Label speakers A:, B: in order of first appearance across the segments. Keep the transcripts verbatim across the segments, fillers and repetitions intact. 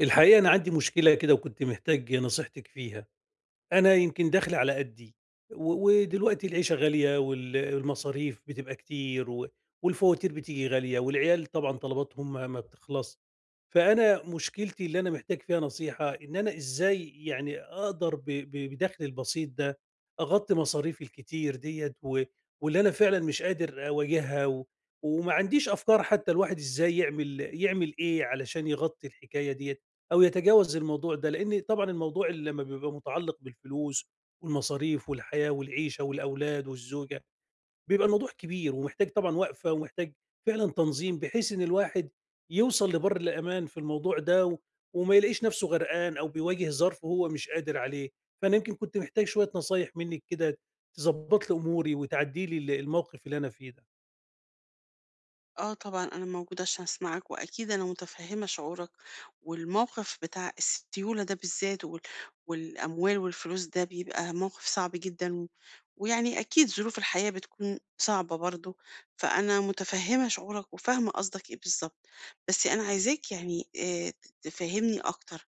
A: الحقيقة أنا عندي مشكلة كده وكنت محتاج نصيحتك فيها، أنا يمكن دخلي على قدّي، و ودلوقتي العيشة غالية وال المصاريف بتبقى كتير و والفواتير بتيجي غالية والعيال طبعًا طلباتهم ما ما بتخلصش، فأنا مشكلتي اللي أنا محتاج فيها نصيحة إن أنا إزاي يعني أقدر ب ب بدخلي البسيط ده أغطي مصاريفي الكتير ديّة و واللي أنا فعلًا مش قادر أواجهها و وما عنديش أفكار حتى الواحد إزاي يعمل يعمل إيه علشان يغطي الحكاية ديّة، أو يتجاوز الموضوع ده، لإن طبعًا الموضوع اللي لمّا بيبقى متعلق بالفلوس والمصاريف والحياة والعيشة والأولاد والزوجة، بيبقى الموضوع كبير ومحتاج طبعًا وقفة ومحتاج فعلًا تنظيم، بحيث إن الواحد يوصل لبَر الأمان في الموضوع ده و وما يلاقيش نفسه غرقان أو بيواجه ظرف هو مش قادر عليه. فأنا يمكن كنت محتاج شوية نصايح منِّك كده تضبّط لي أموري وتعدّي لي ال الموقف اللي أنا فيه ده.
B: آه طبعًا أنا موجودة عشان أسمعك، وأكيد أنا متفهمة شعورك، والموقف بتاع السيولة ده بالذات وال والأموال والفلوس ده بيبقى موقف صعب جدًا، و ويعني أكيد ظروف الحياة بتكون صعبة برضه، فأنا متفهمة شعورك وفاهمة قصدك إيه بالضبط، بس أنا عايزاك يعني آآ ت تفهمني أكتر،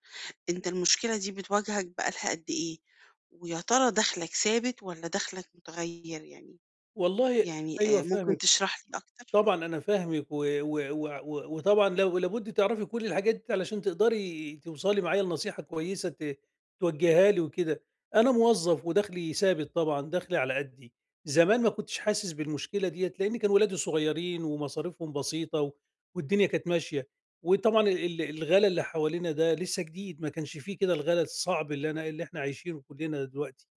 B: أنت المشكلة دي بتواجهك بقى لها قد إيه؟ ويا ترى دخلك ثابت والّا دخلك متغير يعني؟
A: والله
B: يعني
A: أيوه
B: آآ ممكن
A: فاهمِك.
B: تشرح لي أكتر؟
A: طبعًا أنا فاهمِك و و و و وطبعًا لو لابد تعرفي كل الحاجات دي علشان تقدري توصلي معايا لنصيحة كويسة ت توجهيها لي وكده. أنا موظف ودخلي ثابت طبعًا، دخلي على قدي. زمان ما كنتش حاسس بالمشكلة ديّة لإن كان ولادي صغيرين ومصاريفهم بسيطة و والدنيا كانت ماشية. وطبعًا ال ال- الغلا اللي حوالينا ده لسه جديد، ما كانش في كده الغلا الصعب اللي أنا اللي إحنا عايشينه كلنا دلوقتي.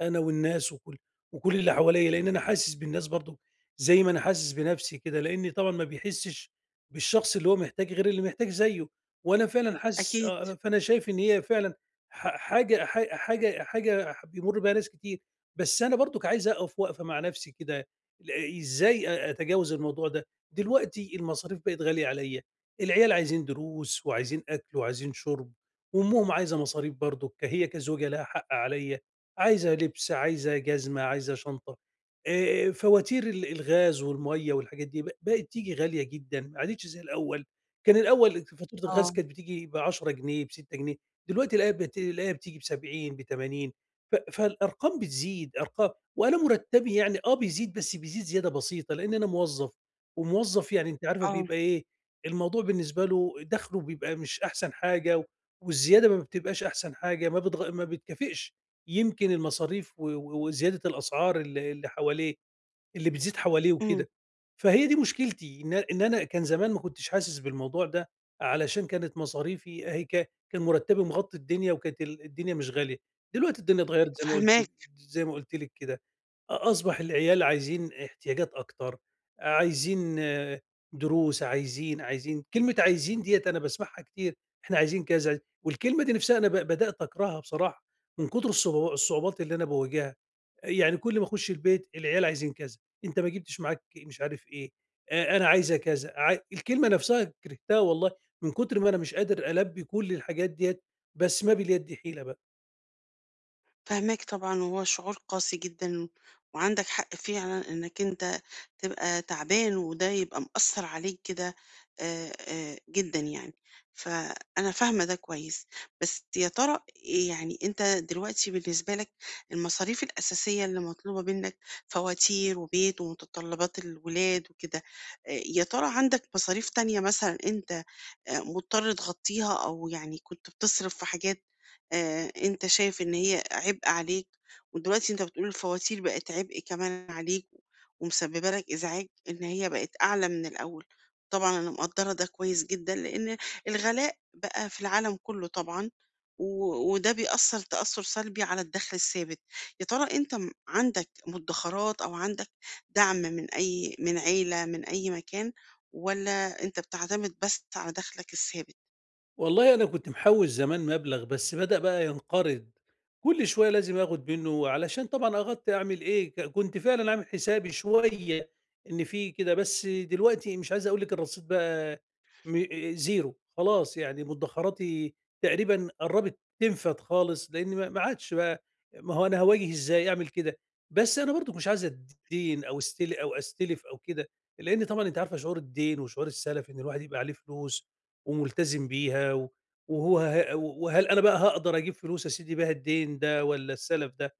A: أنا والناس وكل وكل اللي حواليّا، لإن أنا حاسس بالناس برضه زي ما أنا حاسس بنفْسي كده، لإني طبعًا ما بيحسّش بالشخص اللي هو محتاج غير اللي محتاج زيه، وأنا فعلًا حاسس،
B: أكيد،
A: آه، آه، فأنا شايف إن هي فعلًا ح حاجة ح حاجة حاجة ح بيمُر بيها ناس كتير، بس أنا برضُك عايز أقف وقفة مع نفْسي كده، ل إزاي أ أتجاوز الموضوع ده؟ دلوقتي المصاريف بقت غالية عليّا، العيال عايزين دروس وعايزين أكْل وعايزين شُرب، وأمهم عايزة مصاريف برضُك، هي كزوجة لها حق عليّا. عايزة لبس، عايزة جزمة، عايزة شنطة، آآ، فواتير ال الغاز والمَيّة والحاجات دي ب بقت تيجي غالية جدًا، ما عادتش زي الأول، كان الأول فاتورة الغاز
B: آه.
A: كانت بتيجي بعشرة جنيه، بستة جنيه، دلوقتي الاقيها بت الاقيها بتيجي بسبعين، بثمانين. ف فالأرقام بتزيد أرقام، وأنا مرتبي يعني آه، بيزيد بس بيزيد زيادة بسيطة، لأن أنا موظف، وموظف يعني أنتِ عارفة
B: آه،
A: بيبقى إيه، الموضوع بالنسبة له دخله بيبقى مش أحسن حاجة، والزيادة ما بتبقاش أحسن حاجة، ما بتغ ما بتكافئش يمكن المصاريف و و وزيادة الأسعار ال اللي حواليه اللي بتزيد حواليه
B: إمم،
A: وكده. فهي دي مشكلتي إن إن أنا كان زمان ما كنتش حاسس بالموضوع ده، علشان كانت مصاريفي أهي ك كان مرتبي مغطي الدنيا وكانت ال الدنيا مش غالية، دلوقتي الدنيا اتغيرت زي ما
B: فاهماك،
A: قلت زي ما قلت لِك كده. أصبح العيال عايزين احتياجات أكتر، عايزين آه، دروس، عايزين عايزين كلمة عايزين ديّة أنا باسمعها كتير، إحنا عايزين كذا، والكلمة دي نفسها أنا ب بدأت أكرهها بصراحة من كتر الصعو الصعوبات اللي أنا باواجهها، يعني كل ما أخش البيت العيال عايزين كذا، أنت ما جبتش معاك مش عارف إيه، آآ أنا عايزة كذا، عاي الكلمة نفسها كرهتها والله من كتر ما أنا مش قادر ألبّي كل الحاجات ديّة، بس ما باليد حيلة بقى.
B: فاهماك طبعًا، وهو شعور قاسي جدًا، وعندك حق فعلًا إنك أنت تبقى تعبان وده يبقى مأثّر عليك كده آآ، آآ، جدًا يعني، فأنا فاهمة ده كويس، بس يا ترى إيه يعني أنت دلوقتي بالنسبة لك المصاريف الأساسية اللي مطلوبة منك فواتير وبيت ومتطلبات الولاد وكده، آآ، يا ترى عندك مصاريف تانية مثلًا أنت آآ مضطر تغطّيها أو يعني كنت بتصرف في حاجات آآ أنت شايف إن هي عبء عليك، ودلوقتي أنت بتقول الفواتير بقت عبء كمان عليك ومسبّبة لك إزعاج إن هي بقت أعلى من الأول، طبعًا أنا مقدّرة ده كويس جدًا، لإن الغلاء بقى في العالم كُلّه طبعًا، و وده بيأثّر تأثُّر سلبي على الدخْل الثابت، يا ترى أنت م عندك مدّخرات أو عندك دعم من أي من عيلة، من أي مكان والّا أنت بتعتمد بس على دخلك الثابت.
A: والله أنا كنت محوّش زمان مبلغ، بس بدأ بقى ينقرض، كل شوية لازم آخُد منّه علشان طبعًا أغطّي أعمل إيه، ك كنت فعلًا عامل حسابي شوية إن في كده، بس دلوقتي مش عايز أقول لِك الرصيد بقى م زيرو خلاص، يعني مُدّخراتي تقريبًا قرّبت تنفد خالص، لإن ما ما عادش بقى ما هو أنا هاواجه إزاي أعمل كده، بس أنا برضك مش عايز أدّين أو أستل أو أستلف أو كده، لإن طبعًا أنتِ عارفة شعور الدين وشعور السَلَف إن الواحد يبقى عليه فلوس وملتزم بيها و وهو ه وهل أنا بقى هاقدر أجيب فلوس يا سيدي بيها الدين ده والّا السَلَف ده؟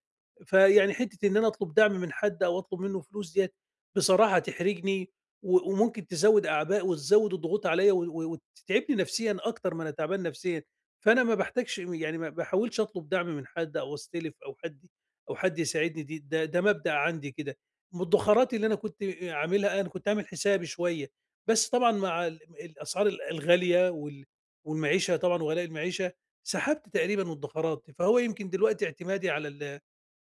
A: فيعني حتّة إن أنا أطلب دعم من حد أو أطلب منّه فلوس ديّة بصراحة تحرجني و وممكن تزوّد أعباء وتزوّد الضغوط عليّا و و وتتعبني نفسيًا أكتر ما أنا تعبان نفسيًا، فأنا ما باحتاجش يعني ما باحاولش أطلب دعم من حد أو أستلف أو حد أو حد يساعدني دي ده ده مبدأ عندي كده. المدخرات اللي أنا كنت عاملها أنا كنت عامل حسابي شوية، بس طبعًا مع ال الأسعار ال الغالية وال والمعيشة طبعًا وغلاء المعيشة، سحبت تقريبًا مدخرات، فهو يمكن دلوقتي اعتمادي على ال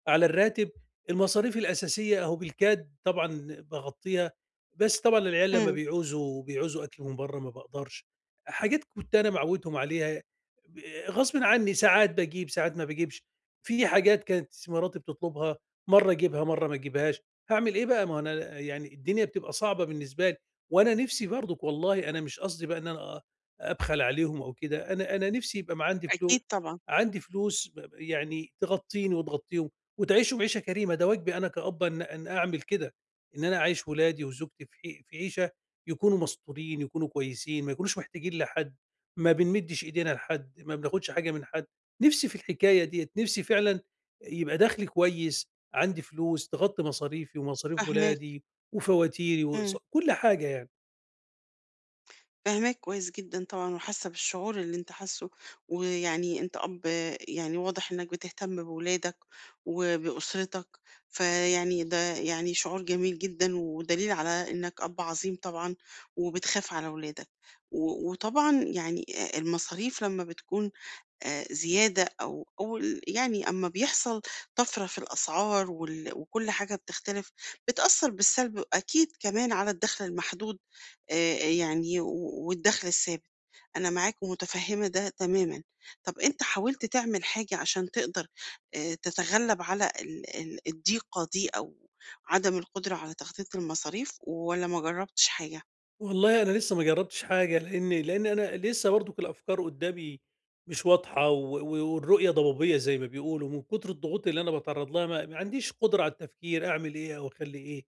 A: على الراتب، المصاريف الأساسية أهو بالكاد طبعًا باغطّيها، بس طبعًا العيال لمّا
B: إمم،
A: بيعوزوا بيعوزوا أكل من برّه ما باقدرش، حاجات كنت أنا معوّدهم عليها ب غصبٍ عني ساعات باجيب، ساعات ما باجيبش، في حاجات كانت مراتي بتطلبها مرّه أجيبها، مرّه ما أجيبهاش، هاعمل إيه بقى؟ ما هو أنا يعني الدنيا بتبقى صعبة بالنسبة لي، وأنا نِفْسي برضُك والله أنا مش قصدي بقى إن أنا أبخل عليهم أو كده، أنا أنا نِفْسي يبقى ما عندي فلو
B: أكيد طبعًا،
A: عندي فلوس ب يعني تغطّيني وتغطّيهم. وتعيشهم عيشه كريمه، ده واجبي انا كأب ان أن اعمل كده، ان انا اعيش ولادي وزوجتي في حي- في عيشه، يكونوا مستورين يكونوا كويسين ما يكونوش محتاجين لحد، ما بنمدش ايدينا لحد ما بناخدش حاجه من حد. نفسي في الحكايه ديت نفسي فعلا يبقى دخلي كويس، عندي فلوس تغطي مصاريفي ومصاريف
B: فاهماك،
A: ولادي وفواتيري
B: إمم،
A: وكل حاجه يعني.
B: فاهماك كويس جدًا طبعًا وحاسة بالشعور اللي أنت حاسه، ويعني أنت أب يعني واضح إنك بتهتم بولادك وبأسرتك، فيعني ده يعني شعور جميل جدًا ودليل على إنك أب عظيم طبعًا وبتخاف على ولادك، و وطبعًا يعني آآ المصاريف لمّا بتكون آآ زيادة أو أو ال يعني أمّا بيحصل طَفرة في الأسعار وال وكل حاجة بتختلف، بتأثّر بالسلب أكيد كمان على الدخل المحدود آآ يعني و والدخل الثابت. أنا معاك ومتفهّمة ده تمامًا. طَب أنت حاولت تعمل حاجة عشان تقدر آآ تتغلّب على ال ال الضيقة دي أو عدم القدرة على تغطية المصاريف والّا ما جرّبتش حاجة؟
A: والله أنا لسه ما جرّبتش حاجة، لإن لإن أنا لسه برضُك الأفكار قدّامي مش واضحة و و والرؤية ضبابية زي ما بيقولوا، من كتر الضغوط اللي أنا باتعرّض لها ما ما عنديش قدرة على التفكير أعمل إيه أو أخلّي إيه،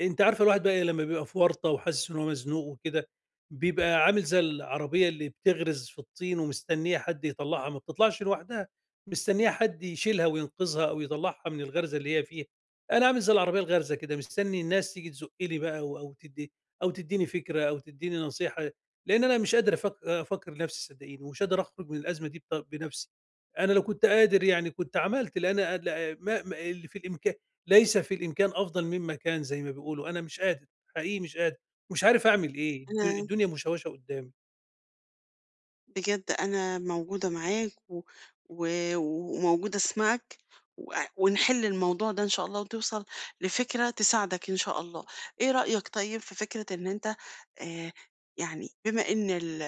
A: أنتِ عارفة الواحد بقى إيه لمّا بيبقى في ورطة وحاسس إن هو مزنوق وكده، بيبقى عامل زي العربية اللي بتغرز في الطين ومستنية حد يطلّعها، ما بتطلعش لوحدها، مستنية حد يشيلها وينقذها أو يطلّعها من الغرزة اللي هي فيها، أنا عامل زي العربية الغارزة كده مستني الناس تيجي تزُق لي بقى و أو تد أو تدّيني فكرة أو تدّيني نصيحة، لإن أنا مش قادر أفك أفكّر لنفسي صدّقيني، ومش قادر أخرج من الأزمة دي بط بنفسي. أنا لو كنت قادر يعني كنت عملت، لإن أنا لا ما ما اللي في الإمكان ليس في الإمكان أفضل مما كان زي ما بيقولوا، أنا مش قادر، حقيقي مش قادر، ومش عارف أعمل إيه، الد
B: أنا
A: الدنيا مشوَّشة قُدّامي.
B: بجد أنا موجودة معاك و... و... وموجودة أسمعك و... ونحل الموضوع ده إن شاء الله وتوصل لفكرة تساعدك إن شاء الله، إيه رأيك طيب في فكرة إن أنت آه يعني بما إن ال...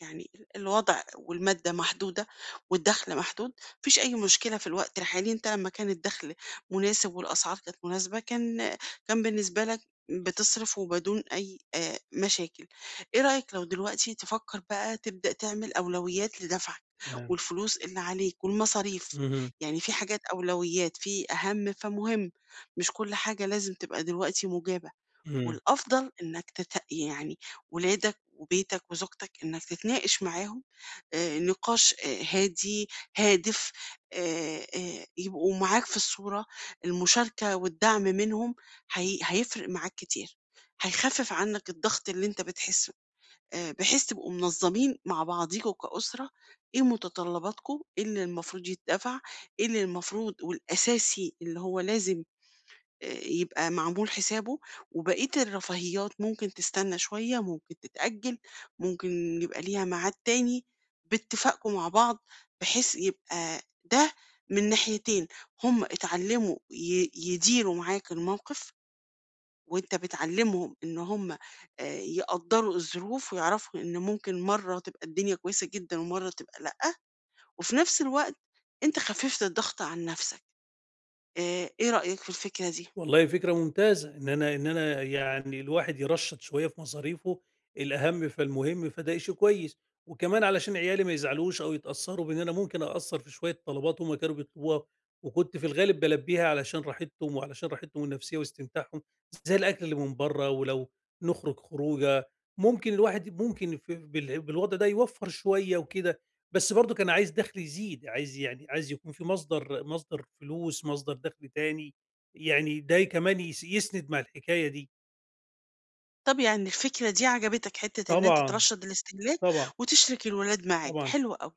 B: يعني الوضع والمادة محدودة والدخل محدود، مفيش أي مشكلة في الوقت الحالي، أنت لما كان الدخل مناسب والأسعار كانت مناسبة كان كان بالنسبة لك بتصرف وبدون أي آه مشاكل. إيه رأيك لو دلوقتي تفكر بقى تبدأ تعمل أولويات لدفعك
A: تمام.
B: والفلوس اللي عليك والمصاريف،
A: اهم.
B: يعني في حاجات أولويات، في أهم فمهم، مش كل حاجة لازم تبقى دلوقتي مجابة،
A: اهم.
B: والأفضل إنك تت... يعني ولادك وبيتك وزوجتك إنك تتناقش معاهم آه، نقاش آه، هادي هادف آه، آه، يبقوا معاك في الصورة، المشاركة والدعم منهم هي... هيفرق معاك كتير، هيخفف عنك الضغط اللي انت بتحس آآ بحيث تبقوا منظمين مع بعضيكم كأسرة، إيه متطلباتكم، إيه اللي المفروض يتدفع، إيه اللي المفروض والأساسي اللي هو لازم آآ يبقى معمول حسابه، وبقية الرفاهيات ممكن تستنى شوية، ممكن تتأجل، ممكن يبقى ليها ميعاد تاني، باتفاقكم مع بعض بحيث يبقى ده من ناحيتين، هم اتعلموا ي يديروا معاك الموقف وأنت بتعلّمهم إن هم آآ يقدّروا الظروف ويعرفوا إن ممكن مرّة تبقى الدنيا كويسة جدًا ومرّة تبقى لأ، وفي نفس الوقت أنت خفّفت الضغط عن نفسك. آآ إيه رأيك في الفكرة دي؟
A: والله فكرة ممتازة، إن أنا إن أنا يعني الواحد يرشّط شوية في مصاريفه، الأهم فالمهم، فده شيء كويس، وكمان علشان عيالي ما يزعلوش أو يتأثّروا بإن أنا ممكن أقصّر في شوية طلبات هُم كانوا بيطلبوها، وكنت في الغالب بالبّيها علشان راحتهم وعلشان راحتهم النفسية واستمتاعهم، زي الأكل اللي من برّه، ولو نخرج خروجة ممكن الواحد ممكن في بال بالوضع ده يوفّر شوية وكده، بس برضه كان عايز دخل يزيد، عايز يعني عايز يكون في مصدر مصدر فلوس، مصدر دخل تاني. يعني ده كمان يس يسند مع الحكاية دي.
B: طبيعًا الفكرة دي عجبتك، حتّة إن أنت
A: طبعًا،
B: ترشّد الاستهلاك
A: طبعًا،
B: وتشرِك الولاد معاك،
A: طبعًا.
B: حلو أوي.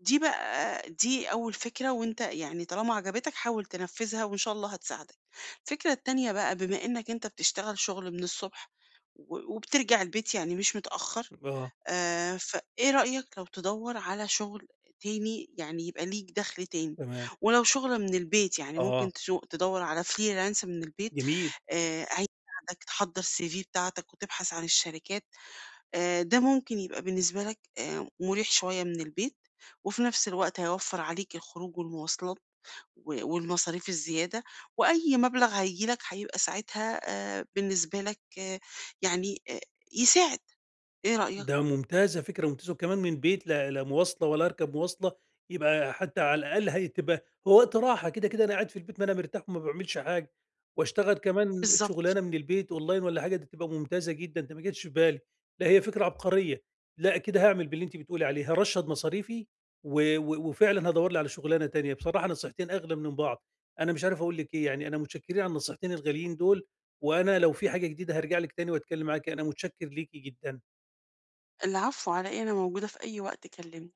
B: دي بقى دي أول فكرة وأنت يعني طالما عجبتك حاول تنفّذها وإن شاء الله هتساعدك. الفكرة التانية بقى بما إنّك أنت بتشتغل شُغل من الصبح و وبترجع البيت يعني مش متأخّر،
A: آه،
B: آآ، فإيه رأيك لو تدوّر على شغل تاني، يعني يبقى ليك دخل تاني،
A: تمام.
B: ولو شغل من البيت يعني
A: آه،
B: ممكن تشو تدوّر على freelance من البيت،
A: جميل.
B: آآ، هيساعدك تحضّر ال سي في بتاعتك وتبحث عن الشركات، آآ، ده ممكن يبقى بالنسبة لك آآ، مُريح شوية من البيت، وفي نفس الوقت هيوفّر عليك الخروج والمواصلات و والمصاريف الزيادة، وأي مبلغ هييجي لك هيبقى ساعتها آآ، بالنسبة لك آه، يعني آآ، يساعد، إيه رأيك؟
A: ده ممتازة، فكرة ممتازة، وكمان من البيت لا لا مواصلة ولا أركب مواصلة، يبقى حتى على الأقل هتبقى هو وقت راحة، كده، كده أنا قاعد في البيت ما أنا مرتاح وما باعملش حاجة، واشتغل كمان
B: بالضبط.
A: شغلانة من البيت أونلاين والّا حاجة، دي تبقى ممتازة جدًا، ده ما جاتش في بالي، لأ هي فكرة عبقرية، لأ كده هاعمل باللي أنتِ بتقولي عليه، هارشّد مصاريفي و و وفعلًا هادوّر لي على شغلانة تانية، بصراحة نصيحتين أغلى من بعض، أنا مش عارف أقول لِك إيه، يعني أنا متشكرين على النصيحتين الغاليين دول، وأنا لو في حاجة جديدة هارجع لِك تاني وأتكلم معاكِ، أنا متشكر ليكِ جدًا.
B: العفو على إيه، أنا موجودة في أي وقت كلمني.